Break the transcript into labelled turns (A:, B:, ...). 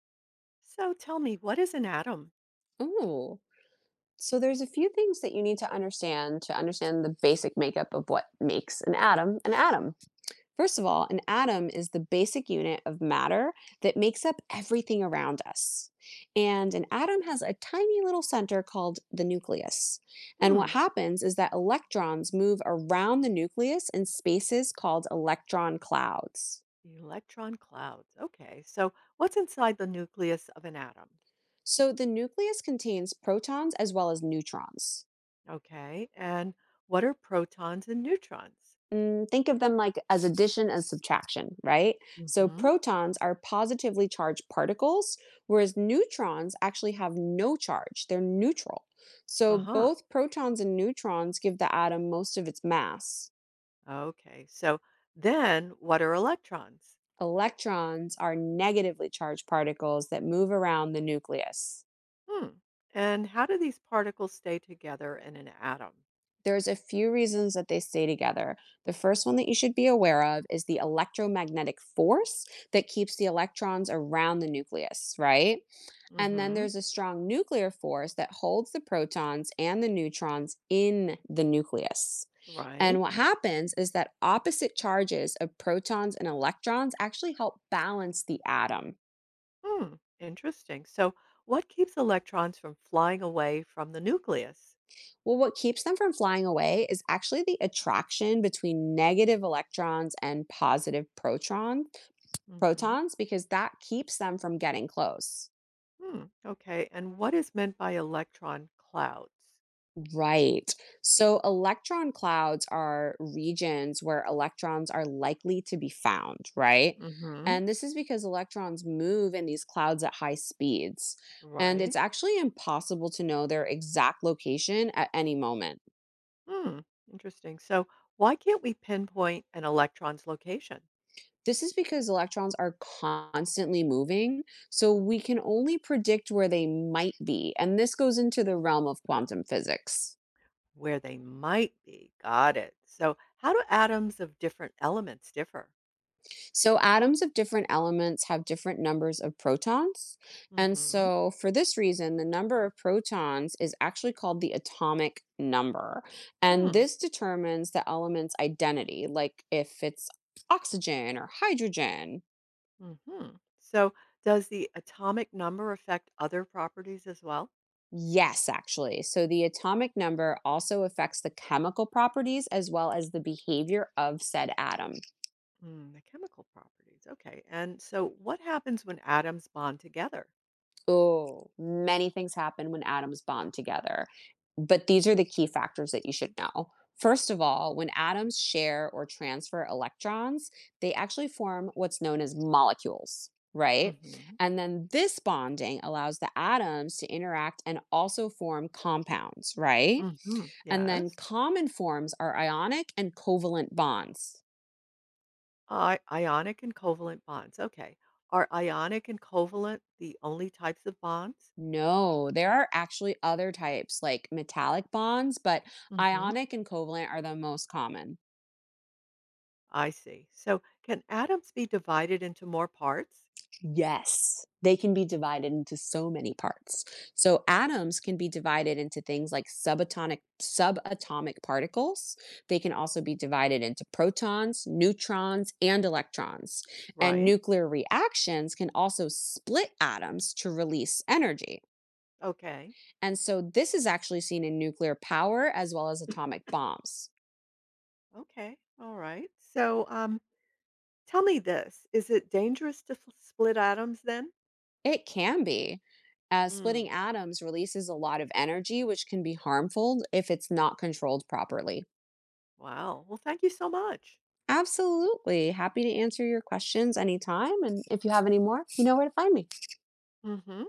A: So tell me, what is an atom?
B: Oh, so there's a few things that you need to understand the basic makeup of what makes an atom an atom. First of all, an atom is the basic unit of matter that makes up everything around us. And an atom has a tiny little center called the nucleus. And what
A: Hmm,
B: happens is that electrons move around the nucleus in spaces called electron clouds.
A: the electron clouds. Okay, so what's inside the nucleus of an atom?
B: So the nucleus contains protons as well as neutrons.
A: Okay, and what are protons and neutrons?
B: Think of them like as addition and subtraction, right? So
A: Hmm.
B: protons are positively charged particles, whereas neutrons actually have no charge. They're neutral. So
A: Uh huh.
B: both protons and neutrons give the atom most of its mass.
A: Okay, so then what are electrons?
B: Electrons are negatively charged particles that move around the nucleus.
A: Hmm, and how do these particles stay together in an atom?
B: There's a few reasons that they stay together. The first one that you should be aware of is the electromagnetic force that keeps the electrons around the nucleus, right?
A: Mm
B: And then
A: hmm,
B: there's a strong nuclear force that holds the protons and the neutrons in the nucleus. And
A: right.
B: what happens is that opposite charges of protons and electrons actually help balance the atom.
A: Hmm, interesting. So what keeps electrons from flying away from the nucleus?
B: Well, what keeps them from flying away is actually the attraction between negative electrons and positive
A: Mm hmm.
B: protons, because that keeps them from getting close.
A: Hmm, okay. And what is meant by electron clouds?
B: Right. So electron clouds are regions where electrons are likely to be found, right?
A: Hmm.
B: And this is because electrons move in these clouds at high speeds. And it's
A: Right.
B: actually impossible to know their exact location at any moment.
A: Hmm. Interesting. So, why can't we pinpoint an electron's location
B: This is because electrons are constantly moving, so we can only predict where they might be. And this goes into the realm of quantum physics.
A: where they might be? Got it. So, how do atoms of different elements differ?
B: So atoms of different elements have different numbers of protons. And
A: Mm-hmm.
B: so for this reason, the number of protons is actually called the atomic number. And
A: Hmm.
B: this determines the element's identity, like if it's oxygen or hydrogen.
A: Mm-hmm. So, does the atomic number affect other properties as well?
B: Yes, actually. So the atomic number also affects the chemical properties as well as the behavior of said atom.
A: Mm, the chemical properties. Okay. And so, what happens when atoms bond together?
B: Oh, many things happen when atoms bond together. But these are the key factors that you should know. First of all, when atoms share or transfer electrons, they actually form what's known as molecules, right?
A: Mm-hmm.
B: And then this bonding allows the atoms to interact and also form compounds, right?
A: Mm-hmm.
B: And then
A: Yes.
B: common forms are ionic and covalent bonds.
A: I ionic and covalent bonds, okay. Are ionic and covalent the only types of bonds?
B: No, there are actually other types like metallic bonds, but
A: Mhm.
B: ionic and covalent are the most common.
A: I see. So can atoms be divided into more parts?
B: Yes, they can be divided into so many parts. So atoms can be divided into things like subatomic particles. They can also be divided into protons, neutrons, and electrons. And
A: Right.
B: nuclear reactions can also split atoms to release energy.
A: Okay.
B: And so this is actually seen in nuclear power as well as atomic bombs.
A: Okay. All right. So tell me this, is it dangerous to split atoms then?
B: It can be. Splitting
A: Mm.
B: atoms releases a lot of energy, which can be harmful if it's not controlled properly.
A: Wow. Well, thank you so much.
B: Absolutely. Happy to answer your questions anytime. And if you have any more, you know where to find me.
A: Mhm.